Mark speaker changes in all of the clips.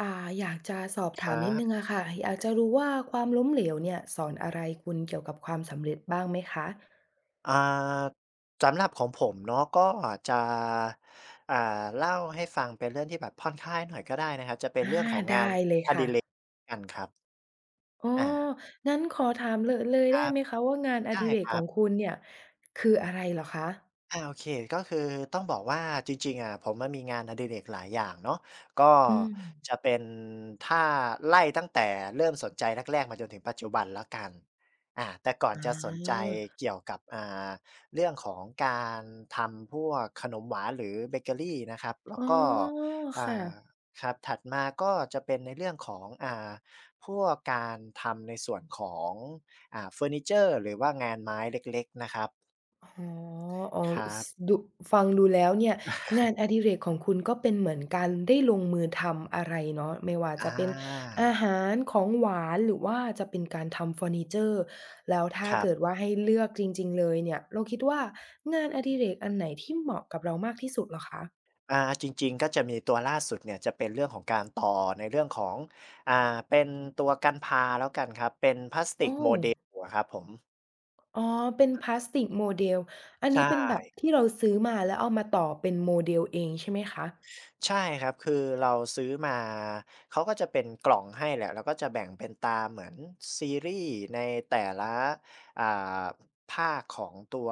Speaker 1: อ่าอยากจะสอบ
Speaker 2: ค
Speaker 1: ถาม
Speaker 2: รั
Speaker 1: นิด
Speaker 2: บ
Speaker 1: นึงอะค่ะอยากจะรู้ว่าความล้มเหลวเนี่ยสอนอะไรคุณเกี่ยวกับความสำเร็จบ้างไหมคะ
Speaker 2: อ่าสำหรับของผมเนาะก็จะอ่าเล่าให้ฟังเป็นเรื่องที่แบบผ่อนคลายหน่อยก็ได้นะครับจะเป็น
Speaker 1: อา
Speaker 2: เรื่องของงา
Speaker 1: ได้
Speaker 2: น
Speaker 1: เลยค่ะ
Speaker 2: กันครับ
Speaker 1: อ๋อ
Speaker 2: อา
Speaker 1: งั้นขอถามเลยเลย
Speaker 2: ค
Speaker 1: ได้
Speaker 2: รับ
Speaker 1: ไหมคะว่างานอ
Speaker 2: ได้
Speaker 1: ดิเร
Speaker 2: ค
Speaker 1: กข
Speaker 2: รั
Speaker 1: อ
Speaker 2: บ
Speaker 1: งคุณเนี่ยคืออะไรเหรอคะ
Speaker 2: โอเคก็คือต้องบอกว่าจริงๆอะผมอะมีงานอดิเรกหลายอย่างเนาะก็
Speaker 1: อืม
Speaker 2: จะเป็นถ้าไล่ตั้งแต่เริ่มสนใจแรกๆมาจนถึงปัจจุบันแล้วกันอาแต่ก่อน
Speaker 1: อ
Speaker 2: จะสนใจ
Speaker 1: า
Speaker 2: เกี่ยวกับเรื่องของการทำพวกขนมหวานหรือเบเกอรีนะครับแล้
Speaker 1: อ๋
Speaker 2: ว
Speaker 1: อ
Speaker 2: ก็อ่
Speaker 1: ค่ะ
Speaker 2: าครับถัดมาก็จะเป็นในเรื่องของพวกการทำในส่วนของเฟอร์นิเชอร์หรือว่างานไม้เล็กๆนะครับ
Speaker 1: อ๋ออ๋อ
Speaker 2: ครั
Speaker 1: ส
Speaker 2: บ
Speaker 1: ดูฟังดูแล้วเนี่ยงานอดิเรกของคุณก็เป็นเหมือนการได้ลงมือทำอะไรเนาะไม่ว่า
Speaker 2: อ
Speaker 1: จะเป็น
Speaker 2: า
Speaker 1: อาหารของหวานหรือว่าจะเป็นการทำเฟอร์นิเจอร์แล้วถ้า
Speaker 2: ครั
Speaker 1: เกิด
Speaker 2: บ
Speaker 1: ว่าให้เลือกจริงๆเลยเนี่ยเราคิดว่างานอดิเรกอันไหนที่เหมาะกับเรามากที่สุดเหรอคะ
Speaker 2: จริงๆก็จะมีตัวล่าสุดเนี่ยจะเป็นเรื่องของการต่อในเรื่องของอ่าเป็นตัวกันพาแล้วกันครับเป็นพลาสติ
Speaker 1: โอ้
Speaker 2: ก model อะครับผม
Speaker 1: อ๋อเป็นพลาสติก model อันนี้เป็นแบบ
Speaker 2: ใช่
Speaker 1: ที่เราซื้อมาแล้วเอามาต่อเป็น model เองใช่ไหมคะ
Speaker 2: ใช่ครับคือเราซื้อมาเขาก็จะเป็นกล่องให้แหละแล้วก็จะแบ่งเป็นตามเหมือนซีรีส์ในแต่ละอ่าภาคของตัว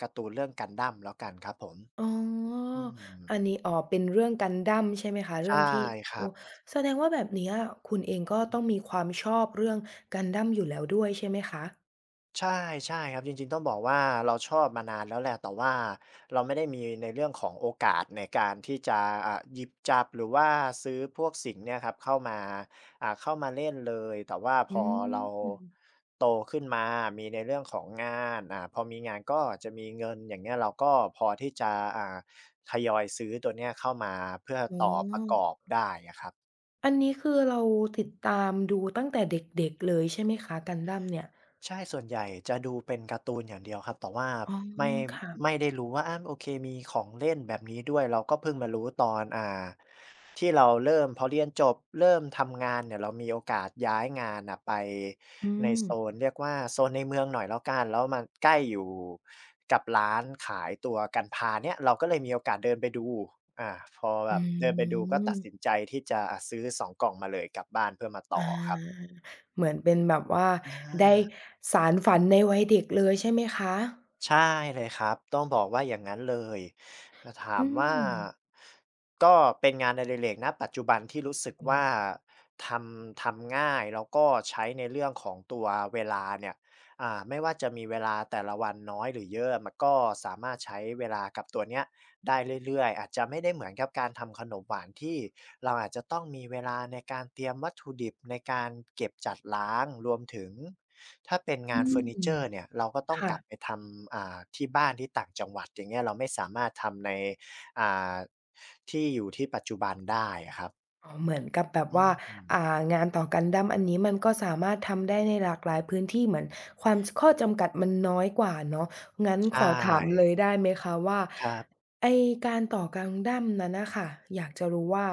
Speaker 2: การ์ตูนเรื่อง Gundam แล้วกันครับผม
Speaker 1: อ๋อ
Speaker 2: อืม
Speaker 1: อันนี้อ๋อเป็นเรื่อง Gundam ใช่ไหมคะเรื่
Speaker 2: ใช่
Speaker 1: องที่
Speaker 2: ค
Speaker 1: โอ้
Speaker 2: รับ
Speaker 1: แสดงว่าแบบเนี้ยคุณเองก็ต้องมีความชอบเรื่อง Gundam อยู่แล้วด้วยใช่ไหมคะ
Speaker 2: ใช่ใช่ครับจริงๆต้องบอกว่าเราชอบมานานแล้วแหละแต่ว่าเราไม่ได้มีในเรื่องของโอกาสในการที่จะหยิบจับหรือว่าซื้อพวกสิ่งเนี่ยครับเข้ามาเข้ามาเล่นเลยแต่ว่าพ
Speaker 1: อื
Speaker 2: อเรา
Speaker 1: ม
Speaker 2: โตขึ้นมามีในเรื่องของงานพอมีงานก็จะมีเงินอย่างเงี้ยเราก็พอที่จะอ่าทยอยซื้อตัวเนี้ยเข้ามาเพื่อ
Speaker 1: อ๋
Speaker 2: ต่อประกอ
Speaker 1: อ
Speaker 2: บได้อะครับ
Speaker 1: อันนี้คือเราติดตามดูตั้งแต่เด็กๆเลยใช่ไหมคะ Gundam เนี่ย
Speaker 2: ใช่ส่วนใหญ่จะดูเป็นการ์ตูนอย่างเดียวครับแต่ว่า
Speaker 1: อ๋อ
Speaker 2: ไม่
Speaker 1: ค่ะ
Speaker 2: ไม่ได้รู้ว่าอาโอเคมีของเล่นแบบนี้ด้วยเราก็เพิ่งมารู้ตอนที่เราเริ่มพอเรียนจบเริ่มทำงานเนี่ยเรามีโอกาสย้ายงานน่ะไป
Speaker 1: อื
Speaker 2: ใน
Speaker 1: ม
Speaker 2: โซนเรียกว่าโซนในเมืองหน่อยแล้วกันแล้วมันใกล้อยู่กับร้านขายตัวกันพาเนี่ยเราก็เลยมีโอกาสเดินไปดูอ่าพอแบ
Speaker 1: อื
Speaker 2: บเดินไปดูก็ตัดสิน
Speaker 1: ม
Speaker 2: ใจที่จะซื้อสองกล่องมาเลยกลับบ้านเพื่อมา
Speaker 1: อ
Speaker 2: ต่อครับ
Speaker 1: าเหมือนเป็นแบบว่า
Speaker 2: อ
Speaker 1: ได้
Speaker 2: า
Speaker 1: สานฝันในวัยเด็กเลยใช่ไหมคะ
Speaker 2: ใช่เลยครับต้องบอกว่าอย่างนั้นเลยถ้าถา
Speaker 1: อื
Speaker 2: มว่า
Speaker 1: ม
Speaker 2: ก็เป็นงานอดิเรกณปัจจุบันที่รู้สึกว่าททำง่ายแล้วก็ใช้ในเรื่องของตัวเวลาเนี่ยไม่ว่าจะมีเวลาแต่ละวันน้อยหรือเยอะมันก็สามารถใช้เวลากับตัวเนี้ยได้เรื่อยๆอาจจะไม่ได้เหมือนกับการทำขนมหวานที่เราอาจจะต้องมีเวลาในการเตรียมวัตถุดิบในการเก็บจัดล้างรวมถึง ถ้าเป็นงา
Speaker 1: อื
Speaker 2: นเฟอร์นิเจ
Speaker 1: ม
Speaker 2: อร์เนี่ยเราก็ต้อง
Speaker 1: ค่ะ
Speaker 2: กลับไปทำที่บ้านที่ต่างจังหวัดอย่างเงี้ยเราไม่สามารถทำในอ่าที่อยู่ที่ปัจจุบันได้อะครับ
Speaker 1: อ๋อเหมือนกับแบบ
Speaker 2: อื
Speaker 1: ว่า
Speaker 2: ม
Speaker 1: อ่างานต่อ Gundam อันนี้มันก็สามารถทำได้ในหลากหลายพื้นที่เหมือนความจข้อจำกัดมันน้อยกว่าเนาะงั้น
Speaker 2: ใช
Speaker 1: ขอถามเล
Speaker 2: ่
Speaker 1: ยได้ไหมคะว่า
Speaker 2: ครับ
Speaker 1: ไอ้การต่อ Gundam นั้นน่ะค่ะอยากจะรู้ว่า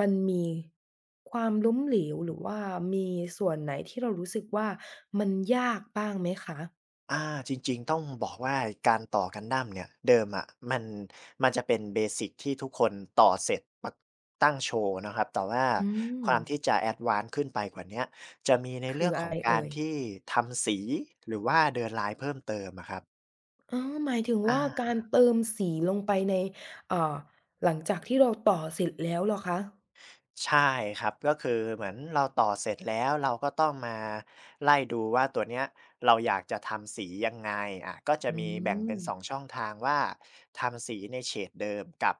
Speaker 1: มันมีความล้มเหลวหรือว่ามีส่วนไหนที่เรารู้สึกว่ามันยากบ้างไหมคะ
Speaker 2: อาจริงๆต้องบอกว่าการต่อ Gundam เนี่ยเดิมอะมันมันจะเป็นเบสิกที่ทุกคนต่อเสร็จปตั้งโชว์นะครับแต่ว่า
Speaker 1: อืม
Speaker 2: ความที่จะแอดวานซ์ขึ้นไปกว่าเนี้ยจะมีใน
Speaker 1: คื
Speaker 2: เรื่
Speaker 1: อ
Speaker 2: องข
Speaker 1: อะ
Speaker 2: อง
Speaker 1: ไร
Speaker 2: การ
Speaker 1: เอ่ย
Speaker 2: ที่ทำสีหรือว่าเดินลายเพิ่มเติมอะครับ
Speaker 1: อ๋อหมายถึง
Speaker 2: อา
Speaker 1: ว่าการเติมสีลงไปในอ่าหลังจากที่เราต่อเสร็จแล้วเหรอคะ
Speaker 2: ใช่ครับก็คือเหมือนเราต่อเสร็จแล้วเราก็ต้องมาไล่ดูว่าตัวเนี้ยเราอยากจะทำสียังไงอ่ะก็จะ
Speaker 1: อื
Speaker 2: มีแบ่งเป็
Speaker 1: ม
Speaker 2: น2ช่องทางว่าทำสีในเฉดเดิมกับ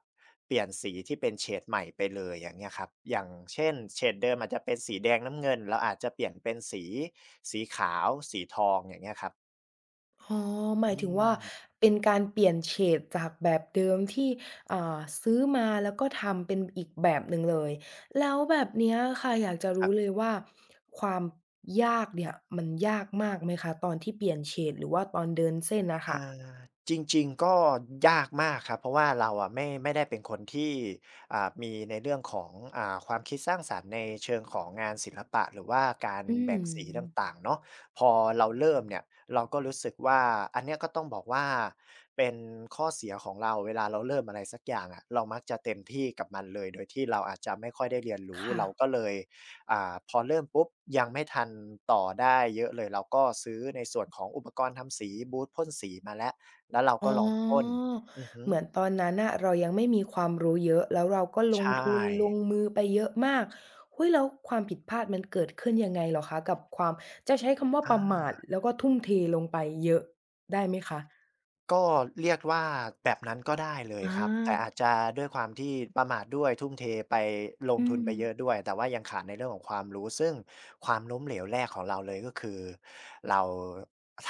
Speaker 2: เปลี่ยนสีที่เป็นเฉดใหม่ไปเลยอย่างเงี้ยครับอย่างเช่นเฉดเดิมอาจจะเป็นสีแดงน้ำเงินเราอาจจะเปลี่ยนเป็นสีขาวสีทองอย่างเงี้ยครับ
Speaker 1: อ๋อหมาย
Speaker 2: อื
Speaker 1: ถึงว่า
Speaker 2: ม
Speaker 1: เป็นการเปลี่ยนเฉดจากแบบเดิมที่ซื้อมาแล้วก็ทำเป็นอีกแบบหนึ่งเลยแล้วแบบเนี้ยค่ะอยากจะ
Speaker 2: ครั
Speaker 1: รู้เลย
Speaker 2: บ
Speaker 1: ว่าความยากเนี่ยมันยากมากไหมคะตอนที่เปลี่ยนเฉดหรือว่าตอนเดินเส้นอะค่ะ
Speaker 2: อาจริงๆก็ยากมากครับเพราะว่าเราอะไม่ได้เป็นคนที่มีในเรื่องของความคิดสร้างสรรค์ในเชิงของงานศิลปะหรือว่าการ
Speaker 1: อื
Speaker 2: แบ่ง
Speaker 1: ม
Speaker 2: สีต่างๆเนาะพอเราเริ่มเนี่ยเราก็รู้สึกว่าอันเนี้ยก็ต้องบอกว่าเป็นข้อเสียของเราเวลาเราเริ่มอะไรสักอย่างอะเรามักจะเต็มที่กับมันเลยโดยที่เราอาจจะไม่ค่อยได้เรียนรู้
Speaker 1: ค่ะ
Speaker 2: เราก็เลย พอเริ่มปุ๊บยังไม่ทันต่อได้เยอะเลยเราก็ซื้อในส่วนของอุปกรณ์ทำสีบูทพ่นสีมาแล้วแล้วเรา
Speaker 1: อ๋
Speaker 2: ก็ลองพ่น
Speaker 1: อ
Speaker 2: อือฮึ
Speaker 1: เหมือนตอนนั้นน่ะเรายังไม่มีความรู้เยอะแล้วเราก็ล
Speaker 2: ใช
Speaker 1: งทุนล
Speaker 2: ่
Speaker 1: งมือไปเยอะมากอุ๊ยแล้วความผิดพลาดมันเกิดขึ้นยังไงเหรอคะกับความจะใช้คำว่าป
Speaker 2: อา
Speaker 1: ระมาทแล้วก็ทุ่มเทลงไปเยอะได้ไหมคะ
Speaker 2: ก็เรียกว่าแบบนั้นก็ได้เลย
Speaker 1: อา
Speaker 2: ครับแต่อาจจะด้วยความที่ประมาทด้วยทุ่มเทไปลง
Speaker 1: อื
Speaker 2: ทุนไป
Speaker 1: ม
Speaker 2: เยอะด้วยแต่ว่ายังขาดในเรื่องของความรู้ซึ่งความล้มเหลวแรกของเราเลยก็คือเรา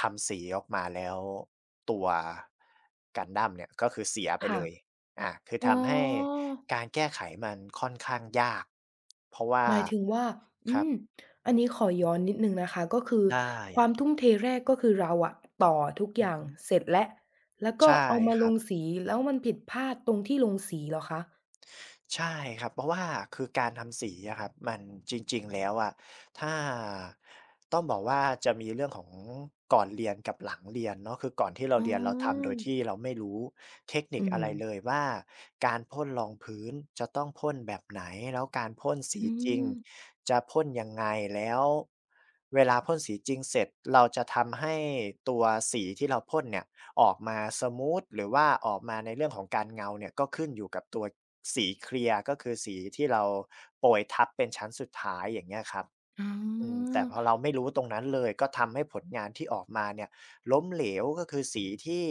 Speaker 2: ทำสีออกมาแล้วตัว Gundam เนี่ยก็คือเสียไป
Speaker 1: ค่ะ
Speaker 2: เลยคือ
Speaker 1: อ๋
Speaker 2: ทำให้
Speaker 1: อ
Speaker 2: การแก้ไขมันค่อนข้างยากเพราะว่า
Speaker 1: หมายถึงว่า
Speaker 2: ค
Speaker 1: อื
Speaker 2: รับ
Speaker 1: มอันนี้ขอย้อนนิดหนึ่งนะคะก็คือ
Speaker 2: ได้
Speaker 1: ความทุ่มเทแรกก็คือเราอะต่อทุกอ
Speaker 2: อือ
Speaker 1: ย่าง
Speaker 2: ฮึ
Speaker 1: เสร็จแล้วแล้วก็
Speaker 2: ใช่
Speaker 1: เอามา
Speaker 2: ค
Speaker 1: ล
Speaker 2: รั
Speaker 1: ง
Speaker 2: บ
Speaker 1: สีแล้วมันผิดพลาดตรงที่ลงสีเหรอคะ
Speaker 2: ใช่ครับเพราะว่าคือการทำสีอะครับมันจริงๆแล้วอะถ้าต้องบอกว่าจะมีเรื่องของก่อนเรียนกับหลังเรียนเนาะคือก่อนที่เรา
Speaker 1: อ๋
Speaker 2: เรียนเราทำ
Speaker 1: อ
Speaker 2: โดยที่เราไม่รู้เทคนิ
Speaker 1: อื
Speaker 2: คอะไรเลย
Speaker 1: ม
Speaker 2: ว่าการพ่นรองพื้นจะต้องพ่นแบบไหนแล้วการพ่นสี
Speaker 1: อื
Speaker 2: จริง
Speaker 1: ม
Speaker 2: จะพ่นยังไงแล้วเวลาพ่นสีจริงเสร็จเราจะทำให้ตัวสีที่เราพ่นเนี่ย ออกมาสมูทหรือว่าออกมาในเรื่องของการเงาเนี่ยก็ขึ้นอยู่กับตัวสีเคลียร์ก็คือสีที่เราโปรยทับเป็นชั้นสุดท้ายอย่างเงี้ยครับ
Speaker 1: อ๋อ
Speaker 2: แต่พอเราไม่รู้ตรงนั้นเลยก็ทำให้ผลงานที่ออกมาเนี่ยล้มเหลวก็คือสีที่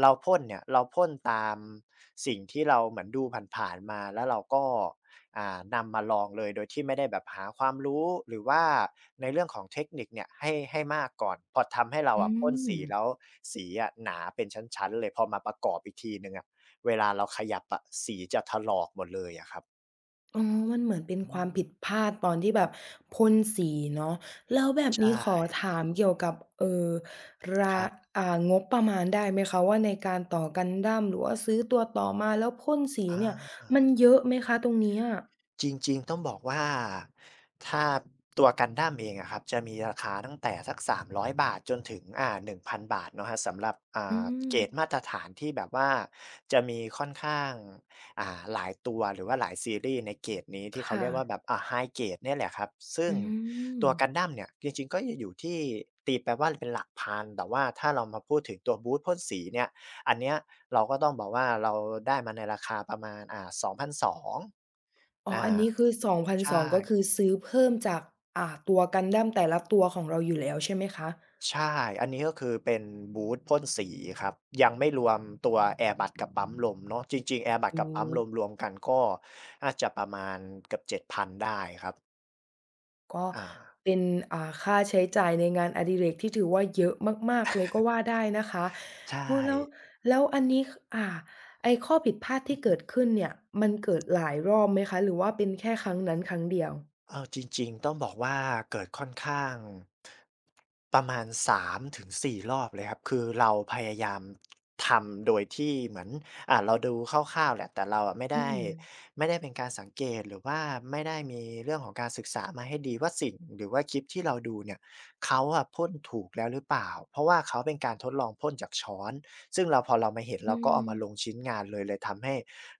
Speaker 2: เราพ่นเนี่ยเราพ่นตามสิ่งที่เราเหมือนดูผ่านๆมาแล้วเราก็ นำมาลองเลยโดยที่ไม่ได้แบบหาความรู้หรือว่าในเรื่องของเทคนิคเนี่ยให้มากก่อนพอทำให้เรา
Speaker 1: อื
Speaker 2: อะพ่นสี
Speaker 1: ม
Speaker 2: แล้วสีอะหนาเป็นชั้นๆเลยพอมาประกอบอีกทีหนึ่งอะเวลาเราขยับอะสีจะถลอกหมดเลยอะครับ
Speaker 1: อ๋อมันเหมือนเป็น
Speaker 2: อื
Speaker 1: ความผิด
Speaker 2: ม
Speaker 1: พลาดตอนที่แบบพ่นสีเนาะแล้วแบบ
Speaker 2: ใช่
Speaker 1: นี้ขอถามเกี่ยวกับ
Speaker 2: ค
Speaker 1: รา
Speaker 2: รับ
Speaker 1: อ่างบประมาณได้ไหมคะว่าในการต่อกันดั้มหรือว่าซื้อตัวต่อมาแล้วพ่นสี
Speaker 2: อ
Speaker 1: เนี่ย
Speaker 2: า
Speaker 1: มันเยอะไหมคะตรงเนี้ย
Speaker 2: จริงๆต้องบอกว่าถ้าตัวกันดั้มเองอะครับจะมีราคาตั้งแต่สัก300 บาทจนถึง1,000บาทเนาะครับสำหรับ
Speaker 1: อื
Speaker 2: เกรดมา
Speaker 1: ม
Speaker 2: ตรฐานที่แบบว่าจะมีค่อนข้างหลายตัวหรือว่าหลายซีรีส์ในเกรดนี้ที่เขา
Speaker 1: ค่ะ
Speaker 2: เรียกว่าแบบHigh Grade เนี่ยแหละครับซึ่ง
Speaker 1: อื
Speaker 2: ตัวกัน
Speaker 1: ม
Speaker 2: ดั้มเนี่ยจริงๆก็จะอยู่ที่ตีไปว่าเป็นหลักพันแต่ว่าถ้าเรามาพูดถึงตัวบูตพ่นสีเนี่ย อันเนี้ยเราก็ต้องบอกว่าเราได้มาในราคาประมาณ2,200
Speaker 1: อ๋
Speaker 2: องพันสอง
Speaker 1: อ
Speaker 2: อา
Speaker 1: อันนี้คือ2ส
Speaker 2: ใช
Speaker 1: 0งก็คือ
Speaker 2: ่
Speaker 1: ซื้อเพิ่มจากตัวกันดั้มแต่ละตัวของเราอยู่แล้วใช่ไหมคะ
Speaker 2: ใช่ อันนี้ก็คือเป็นบูทพ่นสีครับ ยังไม่รวมตัวแอร์บัดกับปั๊มลมเนาะจริงๆแอร์บัด
Speaker 1: อื
Speaker 2: กับปั๊มลมร
Speaker 1: ม
Speaker 2: วมกันก็น่าจะประมาณเกือบ7,000ได้ครับ
Speaker 1: ก็
Speaker 2: อา
Speaker 1: เป็นค่าใช้จ่ายในงานอดิเรกที่ถือว่าเยอะมากๆเลยก็ว่าได้นะคะ
Speaker 2: ใช่
Speaker 1: โอ้โฮแล้วแล้วอันนี้คไอ้ข้อผิดพลาด
Speaker 2: อื
Speaker 1: ที่
Speaker 2: อ
Speaker 1: เกิด
Speaker 2: ฮึ
Speaker 1: ขึ้นเนี่ยมันเกิดหลายรอบไหมคะหรือว่าเป็นแค่ครั้งนั้นครั้งเดียว
Speaker 2: เอาจริงๆต้องบอกว่าเกิดค่อนข้างประมาณ3-4รอบเลยครับคือเราพยายามทำโดยที่เหมือนเราดูคร่าวๆแหละแต่เราอะไม่
Speaker 1: อื
Speaker 2: ได้
Speaker 1: ม
Speaker 2: ไม่ได้เป็นการสังเกตหรือว่าไม่ได้มีเรื่องของการศึกษามาให้ดีว่าสิ่งหรือว่าคลิปที่เราดูเนี่ยเขาอะพ่นถูกแล้วหรือเปล่าเพราะว่าเขาเป็นการทดลองพ่นจากช้อนซึ่งเราพอเรามาเห็น
Speaker 1: อื
Speaker 2: เราก็เอา
Speaker 1: ม
Speaker 2: มาลงชิ้นงานเลยเลยทำให้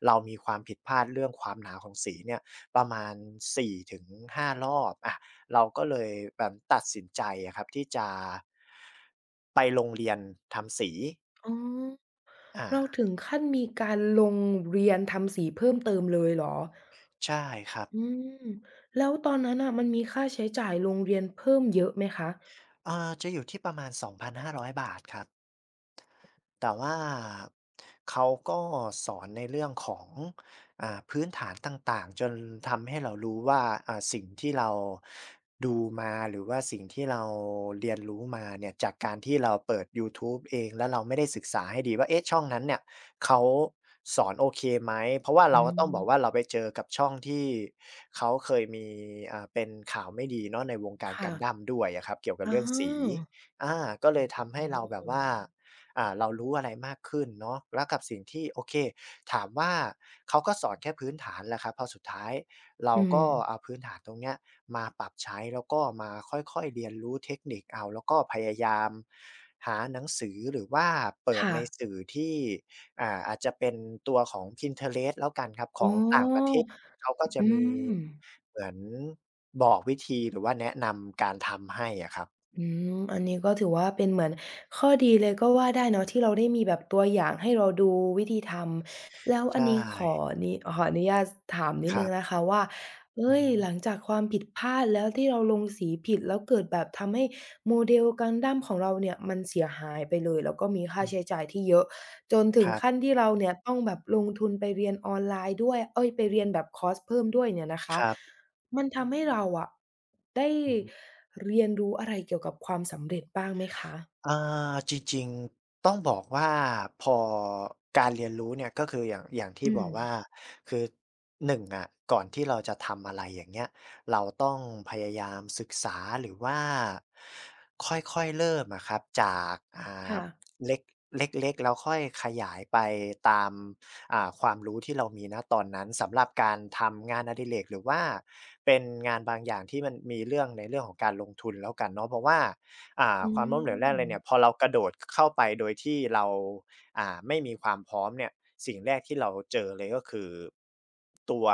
Speaker 2: เรามีความผิดพลาดเรื่องความหนาของสีเนี่ย ประมาณ4-5รอบอะเราก็เลยแบบตัดสินใจอะครับที่จะไปโรงเรียนทำสี
Speaker 1: อ๋อ
Speaker 2: อา
Speaker 1: เราถึงขั้นมีการลงเรียนทำสีเพิ่มเติมเลยเหรอ
Speaker 2: ใช่ครับ
Speaker 1: อืมแล้วตอนนั้นน่ะมันมีค่าใช้จ่ายโรงเรียนเพิ่มเยอะไหมคะ
Speaker 2: จะอยู่ที่ประมาณ2,500บาทครับ แต่ว่าเขาก็สอนในเรื่องของพื้นฐานต่างๆจนทำให้เรารู้ว่าสิ่งที่เราดูมาหรือว่าสิ่งที่เราเรียนรู้มาเนี่ยจากการที่เราเปิดยูทูบเองแล้วเราไม่ได้ศึกษาให้ดีว่าเอ๊ะช่องนั้นเนี่ยเขาสอนโอเคไหมเพราะว่า
Speaker 1: อื
Speaker 2: เราก็ต้องบอกว่า
Speaker 1: ม
Speaker 2: เราไปเจอกับช่องที่เขาเคยมีเป็นข่าวไม่ดีเนาะในวงการ
Speaker 1: ค่ะ
Speaker 2: Gundam ด้วยอะครับเกี่ยวกับ
Speaker 1: อา
Speaker 2: เรื่องสีอาก็เลย
Speaker 1: โอ้
Speaker 2: ทำให้
Speaker 1: โฮ
Speaker 2: เราแบบว่า เรารู้อะไรมากขึ้นเนาะแล้วกับสิ่งที่โอเคถามว่าเขาก็สอนแค่พื้นฐานแหละครับพอสุดท้ายเรา
Speaker 1: อื
Speaker 2: ก็
Speaker 1: ม
Speaker 2: เอาพื้นฐานตรงเนี้ยมาปรับใช้แล้วก็มาค่อยๆเรียนรู้เทคนิคเอาแล้วก็พยายามหาหนังสือหรือว่าเปิด
Speaker 1: ค่ะ
Speaker 2: ในสื่อที่อาจจะเป็นตัวของ Pinterest แล้วกันครับข
Speaker 1: อ๋
Speaker 2: องต่างประเท
Speaker 1: อ
Speaker 2: ศเขาก็จะ
Speaker 1: อื
Speaker 2: มี
Speaker 1: ม
Speaker 2: เหมือนบอกวิธีหรือว่าแนะนำการทำให้อะครับ
Speaker 1: อืมอันนี้ก็ถือว่าเป็นเหมือนข้อดีเลยก็ว่าได้เนาะที่เราได้มีแบบตัวอย่างให้เราดูวิธีทำแล้วอัน
Speaker 2: ใช่
Speaker 1: นี้ขอนิขออนุญาตถามนิด
Speaker 2: ค
Speaker 1: ห
Speaker 2: รั
Speaker 1: นึ่ง
Speaker 2: บ
Speaker 1: นะคะว่า
Speaker 2: อือ
Speaker 1: เฮ้ย
Speaker 2: ฮึ
Speaker 1: หลังจากความผิดพลาดแล้วที่เราลงสีผิดแล้วเกิดแบบทำให้โมเดล Gundam ของเราเนี่ยมันเสียหายไปเลยแล้วก็มีค่า
Speaker 2: อืม
Speaker 1: ใช้จ่ายที่เยอะจนถึ
Speaker 2: ค
Speaker 1: ง
Speaker 2: รั
Speaker 1: ขั้น
Speaker 2: บ
Speaker 1: ที่เราเนี่ยต้องแบบลงทุนไปเรียนออนไลน์ด้วยเอ๊ยไปเรียนแบบคอร์สเพิ่มด้วยเนี่ยนะ
Speaker 2: ค
Speaker 1: คะ
Speaker 2: รับ
Speaker 1: มันทำให้เราอะได้
Speaker 2: อือฮึ
Speaker 1: เรียนรู้อะไรเกี่ยวกับความสำเร็จบ้างไหมคะ
Speaker 2: อ่าจริงๆต้องบอกว่าพอการเรียนรู้เนี่ยก็คืออย่างที่
Speaker 1: อื
Speaker 2: บ
Speaker 1: ม
Speaker 2: อกว่า คือหนงอะก่อนที่เราจะทำอะไรอย่างเงี้ยเราต้องพยายามศึกษาหรือว่าค่อยๆเริ่มอะครับจากา
Speaker 1: ค่ะ
Speaker 2: เล็กเล็กๆ แล้วค่อยขยายไปตามความรู้ที่เรามีณตอนนั้นสำหรับการทำงานอดิเรกหรือว่า เป็นงานบางอย่างที่มันมีเรื่องในเรื่องของการลงทุนแล้วกันเนาะเพราะว่า
Speaker 1: อื
Speaker 2: ความล้มเหลวแรกเลยเนี่ยพอ
Speaker 1: ม
Speaker 2: เรากระโดดเข้าไปโดยที่เราไม่มีความพร้อมเนี่ยสิ่งแรกที่เราเจอเลยก็คือตัว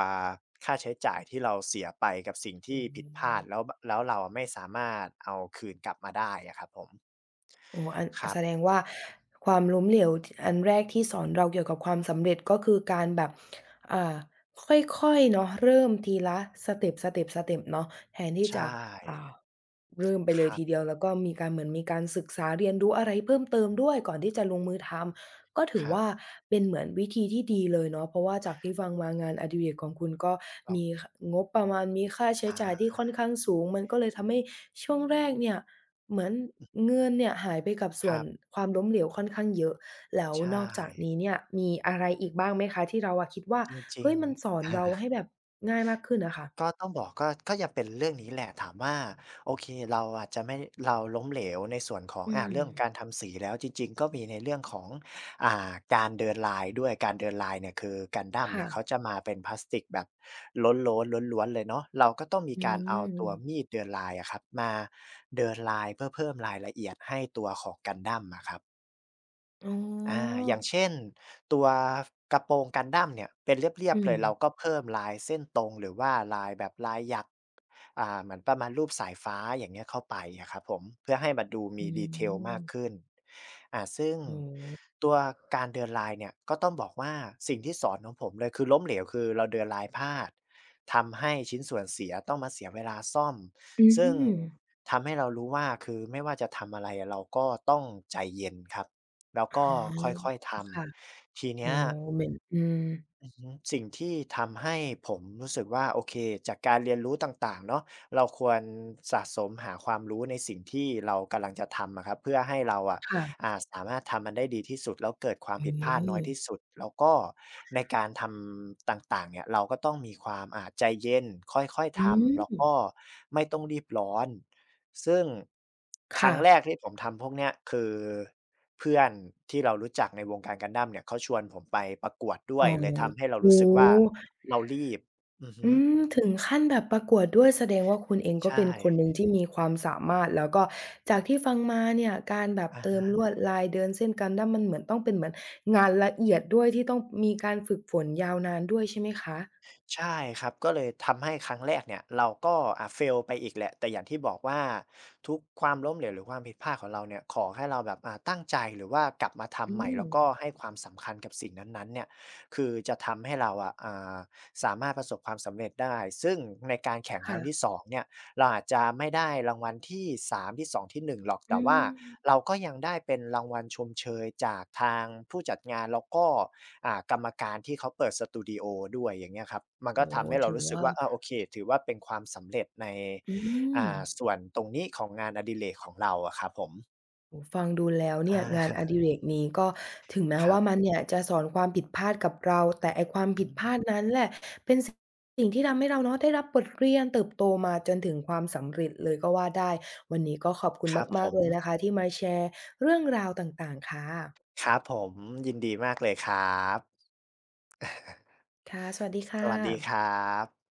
Speaker 2: ค่าใช้จ่ายที่เราเสียไปกับสิ่ง
Speaker 1: อ๋
Speaker 2: ที่ผิดพลาด
Speaker 1: อ
Speaker 2: แล้วเราอะไม่สามารถเอาคืนกลับมาได้อะครับผม
Speaker 1: โอโออัน
Speaker 2: ครั
Speaker 1: แสด
Speaker 2: บ
Speaker 1: งว่าความล้มเหลวทอันแรกที่สอนเราเกี่ยวกับความสำเร็จก็คือการแบบอ่าค่อยๆเนาะเริ่มทีละสเต็ปสเต็ปสเต็ปเนาะแทนที่
Speaker 2: ใช่
Speaker 1: จะอ่าเริ่มไป
Speaker 2: ค
Speaker 1: เลยที
Speaker 2: ร
Speaker 1: เดียวแล้วก็มีการเหมือนมีการศึกษาเรียนรู้อะไรเพิ่มเติมด้วยก่อนที่จะลงมือทำก็ถือ
Speaker 2: ับๆ
Speaker 1: ว่าเป็นเหมือนวิธีที่ดีเลยเนาะเพราะว่าจากที่ฟังมางานอดิเรกของคุณก็
Speaker 2: เรา
Speaker 1: มีคงบประมาณมีค่าใช้จ่ายที่
Speaker 2: อา
Speaker 1: ค่อนข้างสูงมันก็เลยทำให้ช่วงแรกเนี่ย เหมือน
Speaker 2: อือ
Speaker 1: เงินเนี่ยหายไปกับ
Speaker 2: ค
Speaker 1: ส่ว
Speaker 2: รั
Speaker 1: น
Speaker 2: บ
Speaker 1: ความล้มเหลวค่อนข้างเยอะแล้ว
Speaker 2: ใช
Speaker 1: น
Speaker 2: ่
Speaker 1: อกจากนี้เนี่ยมีอะไรอีกบ้างไหมคะที่เราอะคิดว่า
Speaker 2: จริ
Speaker 1: เฮ้
Speaker 2: ง
Speaker 1: ยมันสอนเรา
Speaker 2: ๆ
Speaker 1: ให้แบบง่ายมากขึ้นอะค่ะ
Speaker 2: ก็ต้องบอกก็ยังเป็นเรื่องนี้แหละถามว่าโอเคเราอาจจะไม่เราล้มเหลวในส่วนของ
Speaker 1: อืม
Speaker 2: เรื่องของการทำสีแล้วจริงๆก็มีในเรื่องของการเดินลายด้วยการเดินลายเนี่ยคือ Gundam เนี่
Speaker 1: ค่ะ
Speaker 2: ยเขาจะมาเป็นพลาสติกแบบโล้นๆล้วนๆเลยเนาะเราก็ต้องมี
Speaker 1: อื
Speaker 2: การเอาตัวมี
Speaker 1: ม
Speaker 2: ดเดินลายอะครับมาเดินลายเพื่อเพิ่มรายละเอียดให้ตัวของ Gundam อะครับ
Speaker 1: อ๋อ
Speaker 2: อย่างเช่นตัวกระโปรงกันดั้มเนี่ยเป็นเรีย
Speaker 1: อื
Speaker 2: บๆเล
Speaker 1: ม
Speaker 2: ยเราก็เพิ่มลายเส้นตรงหรือว่าลายแบบลายหยักเหมือนประมาณรูปสายฟ้าอย่างเงี้ยเข้าไปอะครับผมเพื่อให้มันดู
Speaker 1: อื
Speaker 2: มี detail มา
Speaker 1: ม
Speaker 2: กขึ้นซึ่ง
Speaker 1: อ๋อ
Speaker 2: ตัวการเดินลายเนี่ยก็ต้องบอกว่าสิ่งที่สอนของผมเลยคือล้มเหลวคือเราเดินลายพลาดทำให้ชิ้นส่วนเสียต้องมาเสียเวลาซ่อม
Speaker 1: อื
Speaker 2: ซึ่ง
Speaker 1: ม
Speaker 2: ทำให้เรารู้ว่าคือไม่ว่าจะทำอะไรเราก็ต้องใจเย็นครับ แล้ว
Speaker 1: อ
Speaker 2: ก็ค่
Speaker 1: า
Speaker 2: อยๆท
Speaker 1: ค่ะ
Speaker 2: ำที
Speaker 1: อ๋
Speaker 2: เนี้
Speaker 1: อ
Speaker 2: ย
Speaker 1: เหมือนอืม
Speaker 2: อือฮึสิ่งที่ทำให้ผมรู้สึกว่าโอเคจากการเรียนรู้ต่างๆเนาะเราควรสะสมหาความรู้ในสิ่งที่เรากำลังจะทำอะครับเพื่อให้เราอะ
Speaker 1: ค่ะ
Speaker 2: สามารถทำมันได้ดีที่สุดแล้วเกิดความ
Speaker 1: อ๋
Speaker 2: ผิดพลาดน้อย
Speaker 1: อ
Speaker 2: ที่สุดแล้วก็ในการทำต่างๆเนี่ยเราก็ต้องมีความใจเย็นค่อยๆ
Speaker 1: อื
Speaker 2: ทำแล้ว
Speaker 1: ม
Speaker 2: ก็ไม่ต้องรีบร้อน ซึ่งครั้
Speaker 1: ค่ะ
Speaker 2: งแรกที่ผมทำพวกเนี้ยคือเพื่อนที่เรารู้จักในวงการ Gundam เนี่ยเขาชวนผมไปประกวดด้ว
Speaker 1: อ๋อ
Speaker 2: ยเลยทำให้เรา
Speaker 1: โอ้
Speaker 2: รู้สึกว่า
Speaker 1: โฮ
Speaker 2: เรารีบอือฮึ
Speaker 1: อืมถึงขั้นแบบประกวดด้วยแสดงว่าคุณเองก็
Speaker 2: ใช่
Speaker 1: เป็นคนหนึ่งที่มีความสามารถแล้วก็จากที่ฟังมาเนี่ยการแบบ
Speaker 2: อา
Speaker 1: เติมลวดลายเดินเส้น Gundam มันเหมือนต้องเป็นเหมือนงานละเอียดด้วยที่ต้องมีการฝึกฝนยาวนานด้วยใช่ไหมคะ
Speaker 2: ใช่ครับก็เลยทำให้ครั้งแรกเนี่ยเราก็fail ไปอีกแหละแต่อย่างที่บอกว่าทุกความล้มเหลวหรือความผิดพลาดของเราเนี่ยขอให้เราแบบตั้งใจหรือว่ากลับมา
Speaker 1: อื
Speaker 2: ทำใหม่
Speaker 1: ม
Speaker 2: แล้วก็ให้ความสำคัญกับสิ่งนั้นๆเนี่ยคือจะทำให้เราอะสามารถประสบความสำเร็จได้ซึ่งในการแข่งครั้งที่
Speaker 1: ค่ะ
Speaker 2: 2เนี่ยเราอาจจะไม่ได้รางวัลที่3ที่2ที่1หรอกแต่
Speaker 1: อื
Speaker 2: ว่า
Speaker 1: ม
Speaker 2: เราก็ยังได้เป็นรางวัลชมเชยจากทางผู้จัดงานแล้วก็ กรรมการที่เขาเปิดสตูดิโอด้วยอย่างเงี้ยครับมันก็
Speaker 1: โอ้โฮ
Speaker 2: ทำให้เรา
Speaker 1: ถือ
Speaker 2: รู้สึก
Speaker 1: ว่า
Speaker 2: ว่าโอเคถือว่าเป็นความสำเร็จใน
Speaker 1: อืม
Speaker 2: ส่วนตรงนี้ของงานอดิเรกของเราอะครับผม
Speaker 1: โอ้โฮฟังดูแล้วเนี่
Speaker 2: อา
Speaker 1: ยงานอดิเรกนี้ก็ถึงแม้
Speaker 2: ครั
Speaker 1: ว่า
Speaker 2: บ
Speaker 1: มันเนี่ยจะสอนความผิดพลาดกับเราแต่ไอ้ความ
Speaker 2: อื
Speaker 1: ผิด
Speaker 2: ม
Speaker 1: พลาดนั้นแหละเป็นสิ่งที่ทำให้เราเนาะได้รับบทเรียนเติบโตมาจนถึงความสำเร็จเลยก็ว่าได้วันนี้ก็ขอบคุณ
Speaker 2: ครับผ
Speaker 1: มากๆ
Speaker 2: ม
Speaker 1: เลยนะคะที่มาแชร์เรื่องราวต่างๆค่ะ
Speaker 2: ครับผมยินดีมากเลยครับ
Speaker 1: ค่ะสวัสดี
Speaker 2: ส
Speaker 1: ค่
Speaker 2: วัสดีครั
Speaker 1: ะ
Speaker 2: บ